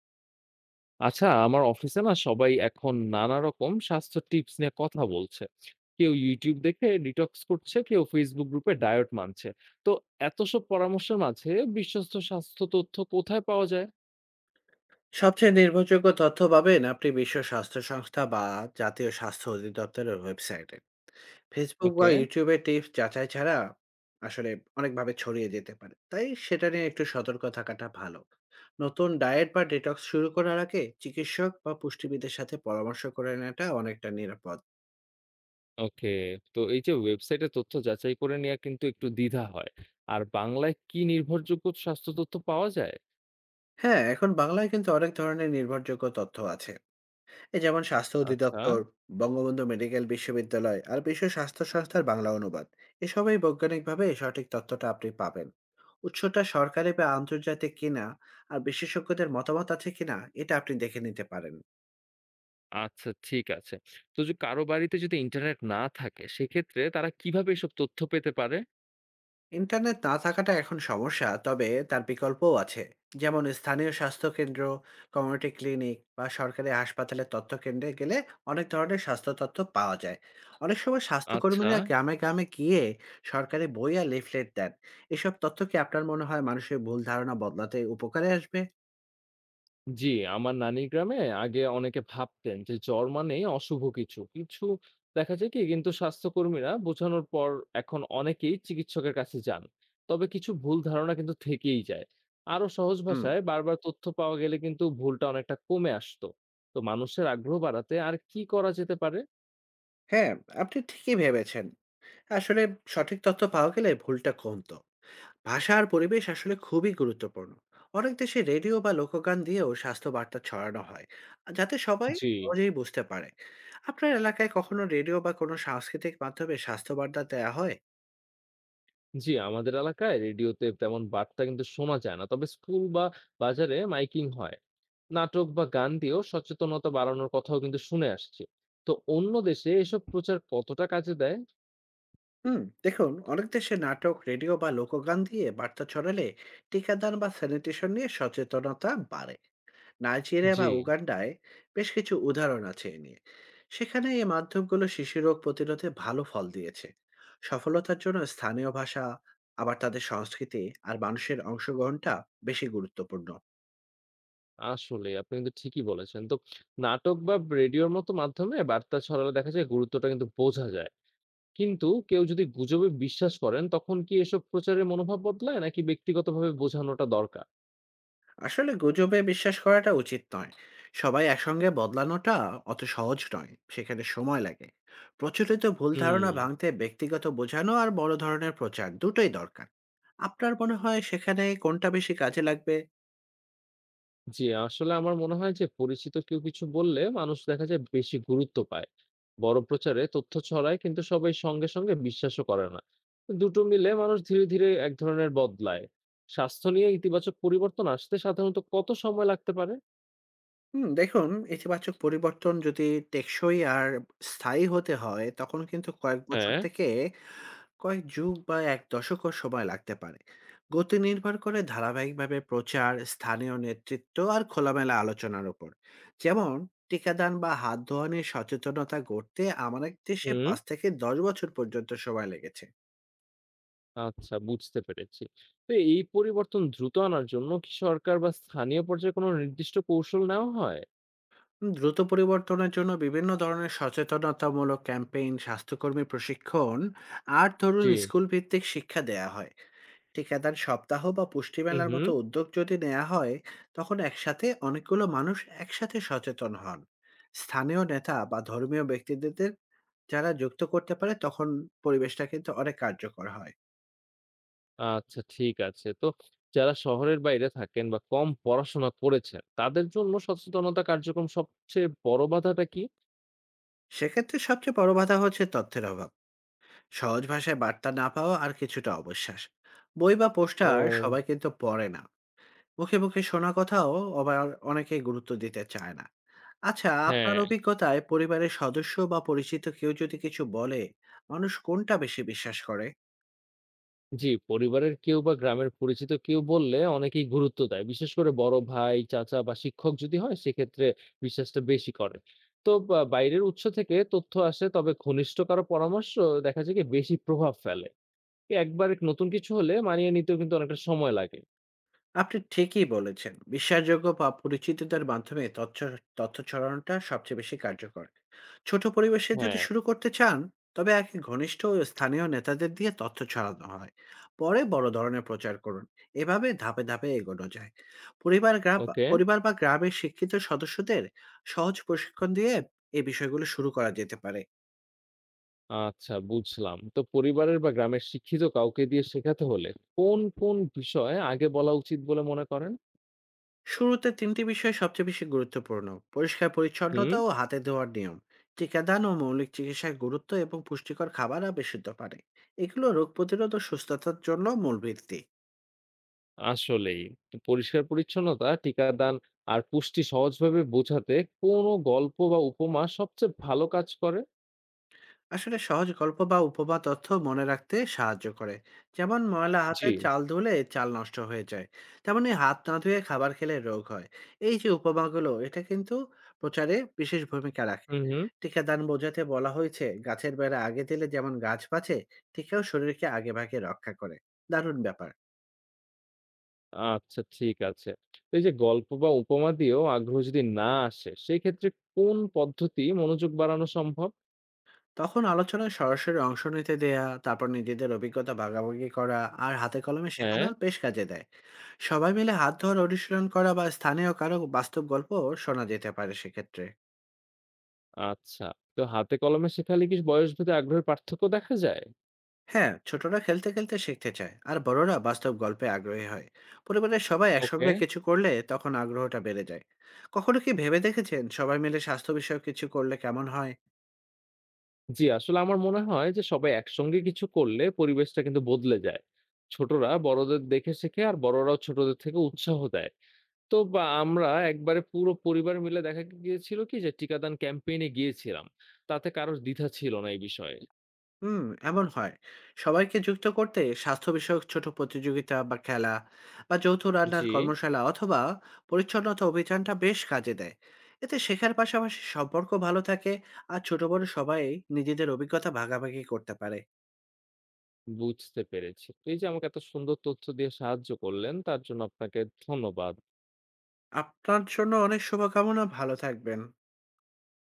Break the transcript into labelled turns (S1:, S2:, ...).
S1: আচ্ছা, আমার অফিসে না সবাই এখন নানা রকম স্বাস্থ্য টিপস নিয়ে কথা বলছে। কেউ ইউটিউব দেখে ডিটক্স করছে, কেউ ফেসবুক গ্রুপে ডায়েট মানছে। তো এত সব পরামর্শের মাঝে বিশ্বস্ত স্বাস্থ্য তথ্য কোথায় পাওয়া যায়?
S2: সবচেয়ে নির্ভরযোগ্য তথ্য পাবেন আপনি বিশ্ব স্বাস্থ্য সংস্থা বা জাতীয় স্বাস্থ্য অধিদপ্তরের ওয়েবসাইটে। ফেসবুক বা
S1: ওকে।
S2: ইউটিউবে টিপস যাচাই ছাড়া আসলে অনেকভাবে ছড়িয়ে যেতে পারে, তাই সেটা নিয়ে একটু সতর্ক থাকাটা ভালো। নতুন ডায়েট বা ডিটক্স শুরু করার আগে চিকিৎসক বা পুষ্টিবিদের সাথে পরামর্শ করে নেওয়াটা অনেকটা নিরাপদ।
S1: ওকে। তো এই যে ওয়েবসাইটে তথ্য যাচাই করে নেওয়া কিন্তু একটু দ্বিধা হয়। আর বাংলায় কি নির্ভরযোগ্য স্বাস্থ্য তথ্য পাওয়া যায়?
S2: হ্যাঁ, এখন বাংলায় কিন্তু অনেক ধরনের নির্ভরযোগ্য তথ্য আছে। এ যেমন স্বাস্থ্য
S1: আচ্ছা।
S2: অধিদপ্তর, বঙ্গবন্ধু মেডিকেল বিশ্ববিদ্যালয় আর বিশ্ব স্বাস্থ্য সংস্থার বাংলা অনুবাদ। এসবই বৈজ্ঞানিকভাবে সঠিক তথ্যটা আপনি পাবেন। উৎসটা সরকারি বা আন্তর্জাতিক কিনা আর বিশেষজ্ঞদের মতামত আছে কিনা এটা আপনি দেখে নিতে পারেন।
S1: আচ্ছা, ঠিক আছে। তো যে কারো বাড়িতে যদি ইন্টারনেট না থাকে সেক্ষেত্রে তারা কিভাবে এসব তথ্য পেতে পারে?
S2: ইন্টারনেট না থাকাটা এখন সমস্যা, তবে তার বিকল্পও আছে। যেমন স্থানীয় স্বাস্থ্যকেন্দ্র, কমিউনিটি ক্লিনিক বা সরকারি হাসপাতালের তথ্য কেন্দ্রে গেলে অনেক ধরনের স্বাস্থ্য তথ্য পাওয়া যায়। অনেক সময়
S1: আচ্ছা।
S2: স্বাস্থ্যকর্মীরা গ্রামে গ্রামে গিয়ে সরকারি বই আর লিফলেট দেন। এসব তথ্য কি আপনার মনে হয় মানুষের ভুল ধারণা বদলাতে উপকারে আসবে?
S1: জি, আমার নানির গ্রামে আগে অনেকে ভাবতেন যে জ্বর মানেই অশুভ কিছু। কিছু দেখা যায় কি কিন্তু স্বাস্থ্যকর্মীরা বোঝানোর পর এখন অনেকেই চিকিৎসকের কাছে যান। তবে কিছু ভুল ধারণা কিন্তু থেকেই যায়। আরো সহজ
S2: হুম।
S1: ভাষায় বারবার তথ্য পাওয়া গেলে কিন্তু ভুলটা অনেকটা কমে আসতো। তো মানুষের আগ্রহ বাড়াতে আর কি করা যেতে পারে?
S2: হ্যাঁ, আপনি ঠিকই ভেবেছেন। আসলে সঠিক তথ্য পাওয়া গেলে ভুলটা কমতো। ভাষা আর পরিবেশ আসলে খুবই গুরুত্বপূর্ণ। অনেক দেশে রেডিও বা লোকগান দিয়েও স্বাস্থ্য বার্তা ছড়ানো হয়, যাতে সবাই
S1: জি।
S2: সহজেই বুঝতে পারে। আপনার এলাকায় কখনো রেডিও বা কোনো সাংস্কৃতিক মাধ্যমে স্বাস্থ্য বার্তা দেওয়া হয়?
S1: জি, আমাদের এলাকায় রেডিওতে তেমন বার্তা কিন্তু শোনা যায় না, তবে স্কুল বা বাজারে মাইকিং হয়। নাটক বা গান দিয়েও সচেতনতা বাড়ানোর কথাও কিন্তু শুনে আসছি। তো অন্য দেশে এসব প্রচার কতটা কাজে দেয়?
S2: হুম দেখুন, অনেক দেশে নাটক, রেডিও বা লোকগান দিয়ে বার্তা ছড়ালে টিকাদান বা স্যানিটেশন নিয়ে সচেতনতা বাড়ে। নাইজেরিয়া
S1: জি।
S2: বা উগান্ডায় বেশ কিছু উদাহরণ আছে এ নিয়ে। সেখানে এই মাধ্যমগুলো শিশু রোগ প্রতিরোধে ভালো ফল দিয়েছে। সফলতার জন্য স্থানীয় ভাষা, আবার তাদের সংস্কৃতি আর মানুষের অংশগ্রহণটা বেশি গুরুত্বপূর্ণ।
S1: আসলে আপনি কিন্তু ঠিকই বলেছেন। তো নাটক বা রেডিওর মতো মাধ্যমে বার্তা ছড়ালে দেখা যায় গুরুত্বটা কিন্তু বোঝা যায়। কিন্তু কেউ যদি গুজবে বিশ্বাস করেন তখন কি এসব প্রচারের মনোভাব বদলায়, নাকি ব্যক্তিগতভাবে বোঝানোটা দরকার?
S2: আসলে গুজবে বিশ্বাস করাটা উচিত নয়। সবাই একসঙ্গে বদলানোটা অত সহজ নয়, সেখানে সময় লাগে। প্রচলিত ভুল ধারণা
S1: হুম।
S2: ভাঙতে ব্যক্তিগত বোঝানো আর বড় ধরনের প্রচার দুটোই দরকার। আপনার মনে হয় সেখানে কোনটা বেশি কাজে লাগবে?
S1: জি, আসলে আমার মনে হয় যে পরিচিত কেউ কিছু বললে মানুষ দেখা যায় বেশি গুরুত্ব পায়। বড় প্রচারে তথ্য ছড়ায়, কিন্তু সবাই সঙ্গে সঙ্গে বিশ্বাসও করে না। দুটো মিলে মানুষ ধীরে ধীরে এক ধরনের বদলায়। স্বাস্থ্য নিয়ে ইতিবাচক পরিবর্তন আসতে সাধারণত কত সময় লাগতে পারে?
S2: দেখুন, ইতিবাচক পরিবর্তন যদি টেকসই আর স্থায়ী হতে হয়, তখন কিন্তু কয়েক বছর
S1: হ্যাঁ।
S2: থেকে কয়েক যুগ বা এক দশকও সময় লাগতে পারে। গতি নির্ভর করে ধারাবাহিকভাবে প্রচার, স্থানীয় নেতৃত্ব আর খোলামেলা আলোচনার উপর। যেমন টিকাদান বা হাত ধোয়া নিয়ে সচেতনতা গড়তে আমাদের দেশে
S1: হুম।
S2: 5 থেকে 10 বছর পর্যন্ত সময় লেগেছে।
S1: আচ্ছা, বুঝতে পেরেছি। তো এই পরিবর্তন দ্রুত আনার জন্য কি সরকার বা স্থানীয় পর্যায়ে কোনো নির্দিষ্ট কৌশল নেওয়া হয়?
S2: দ্রুত পরিবর্তনের জন্য বিভিন্ন ধরনের সচেতনতামূলক ক্যাম্পেইন, স্বাস্থ্যকর্মী প্রশিক্ষণ আর ধরুন
S1: জি।
S2: স্কুল ভিত্তিক শিক্ষা দেয়া হয়। ঠিকাদার সপ্তাহ বা পুষ্টি
S1: হুম,
S2: মেলার
S1: হুম।
S2: মতো উদ্যোগ যদি নেওয়া হয়, তখন একসাথে অনেকগুলো মানুষ একসাথে সচেতন হন। স্থানীয় নেতা বা ধর্মীয় ব্যক্তিদের যারা যুক্ত করতে পারে, তখন পরিবেশটা কিন্তু অনেক কার্যকর হয়।
S1: আচ্ছা, ঠিক আছে। তো যারা শহরের বাইরে থাকেন বা কম পড়াশোনা করেছেন, তাদের জন্য সচেতনতা কার্যক্রম সবচেয়ে বড় বাধাটা কি?
S2: সেক্ষেত্রে সবচেয়ে বড় বাধা হচ্ছে তথ্যের অভাব, সহজ ভাষায় বার্তা না পাওয়া আর কিছুটা অবিশ্বাস। বই বা পোস্টার
S1: ও।
S2: সবাই কিন্তু পড়ে না, মুখে মুখে শোনা কথাও আবার অনেকেই গুরুত্ব দিতে চায় না। আচ্ছা, আপনার
S1: হ্যাঁ।
S2: অভিজ্ঞতায় পরিবারের সদস্য বা পরিচিত কেউ যদি কিছু বলে, মানুষ কোনটা বেশি বিশ্বাস করে?
S1: জি, পরিবারের কেউ বা গ্রামের পরিচিত কেউ বললে অনেকেই গুরুত্ব দেয়। বিশেষ করে বড় ভাই, চাচা বা শিক্ষক যদি হয় সেক্ষেত্রে বিশ্বাসটা বেশি করে। তো বা বাইরের উৎস থেকে তথ্য আসে, তবে ঘনিষ্ঠ কারো পরামর্শ দেখা যায় কি বেশি প্রভাব ফেলে। একবার নতুন কিছু হলে মানিয়ে নিতেও কিন্তু অনেকটা সময় লাগে।
S2: আপনি ঠিকই বলেছেন। বিশ্বাসযোগ্য বা পরিচিতদের মাধ্যমে তথ্য তথ্য ছড়ানোটা সবচেয়ে বেশি কার্যকর। ছোট পরিবেশে যদি
S1: হ্যাঁ।
S2: শুরু করতে চান, তবে আগে ঘনিষ্ঠ ও স্থানীয় নেতাদের দিয়ে তথ্য ছড়ানো হয়। পরে বড় ধরনের প্রচার করুন। এভাবে ধাপে ধাপে এগোনো যায়। পরিবার, গ্রাম,
S1: ওকে।
S2: পরিবার বা গ্রামের শিক্ষিত সদস্যদের সহজ প্রশিক্ষণ দিয়ে এই বিষয়গুলো শুরু করা যেতে পারে।
S1: আচ্ছা, বুঝলাম। তো পরিবারের বা গ্রামের শিক্ষিত কাউকে দিয়ে শেখাতে হলে কোন বিষয়ে আগে বলা উচিত বলে মনে করেন?
S2: শুরুতে তিনটি বিষয় সবচেয়ে বেশি গুরুত্বপূর্ণ: পরিষ্কার পরিচ্ছন্নতা
S1: হুম।
S2: ও হাতে ধোয়ার নিয়ম, টিকাদান ও মৌলিক চিকিৎসার গুরুত্ব এবং পুষ্টিকর খাবার আবেশিত পারে। এগুলো রোগ প্রতিরোধ ও সুস্থতার জন্য মূল ভিত্তি।
S1: আসলেই। তো পরিষ্কার পরিচ্ছন্নতা, টিকাদান আর পুষ্টি সহজভাবে বোঝাতে কোনো গল্প বা উপমা সবচেয়ে ভালো কাজ করে?
S2: আসলে সহজ গল্প বা উপমা তথ্য মনে রাখতে সাহায্য করে। যেমন ময়লা
S1: জি।
S2: হাতে চাল ধুলে চাল নষ্ট হয়ে যায়, তেমনি হাত না ধুয়ে খাবার খেলে রোগ হয়। এই যে উপমাগুলো, এটা কিন্তু প্রচারে বিশেষ ভূমিকা রাখে।
S1: হুম।
S2: টিকাদান বোঝাতে বলা হয়েছে, গাছের বেড়া আগে দিলে যেমন গাছ বাঁচে, টিকাও শরীরকে আগে ভাগে রক্ষা করে। দারুণ ব্যাপার।
S1: আচ্ছা, ঠিক আছে। তো এই যে গল্প বা উপমা দিয়েও আগ্রহ যদি না আসে, সেক্ষেত্রে কোন পদ্ধতি মনোযোগ বাড়ানো সম্ভব?
S2: তখন আলোচনায় সরাসরি অংশ নিতে দেয়া, তারপর নিজেদের অভিজ্ঞতা ভাগাভাগি করা আর হাতে কলমে শেখানো
S1: হ্যাঁ।
S2: বেশ কাজে দেয়। সবাই মিলে হাত ধোয়ার অনুশীলন করা বা স্থানীয় কারো বাস্তব গল্প শোনা যেতে পারে সেক্ষেত্রে।
S1: আচ্ছা। তো হাতে কলমে শেখালে কি বয়সভেদে আগ্রহের পার্থক্য দেখা যায়?
S2: হ্যাঁ, ছোটরা খেলতে খেলতে শিখতে চায় আর বড়রা বাস্তব গল্পে আগ্রহী হয়। পরিবারের সবাই
S1: ওকে।
S2: একসঙ্গে কিছু করলে তখন আগ্রহটা বেড়ে যায়। কখনো কি ভেবে দেখেছেন, সবাই মিলে স্বাস্থ্য বিষয়ক কিছু করলে কেমন হয়?
S1: জি, আসলে আমার মনে হয় যে সবাই একসঙ্গে কিছু করলে পরিবেশটা কিন্তু বদলে যায়। ছোটরা বড়দের দেখে শেখে, আর বড়রাও ছোটদের থেকে উৎসাহ দেয়। তো বা আমরা একবারে পুরো পরিবার মিলে দেখা গিয়েছিল কি যে টিকাদান ক্যাম্পেইন এ গিয়েছিলাম। তাতে কারোর দ্বিধা ছিল না এই বিষয়ে।
S2: হুম, এমন হয়। সবাইকে যুক্ত করতে স্বাস্থ্য বিষয়ক ছোট প্রতিযোগিতা বা খেলা বা যৌথ রান্নার
S1: জি,
S2: কর্মশালা অথবা পরিচ্ছন্নতা অভিযানটা বেশ কাজে দেয়। এতে শেখার পাশাপাশি সম্পর্ক ভালো থাকে আর ছোট বড় সবাই নিজেদের অভিজ্ঞতা ভাগাভাগি করতে পারে।
S1: বুঝতে পেরেছি। তো এই যে আমাকে এত সুন্দর তথ্য দিয়ে সাহায্য করলেন তার জন্য আপনাকে ধন্যবাদ।
S2: আপনার জন্য অনেক শুভকামনা, ভালো থাকবেন।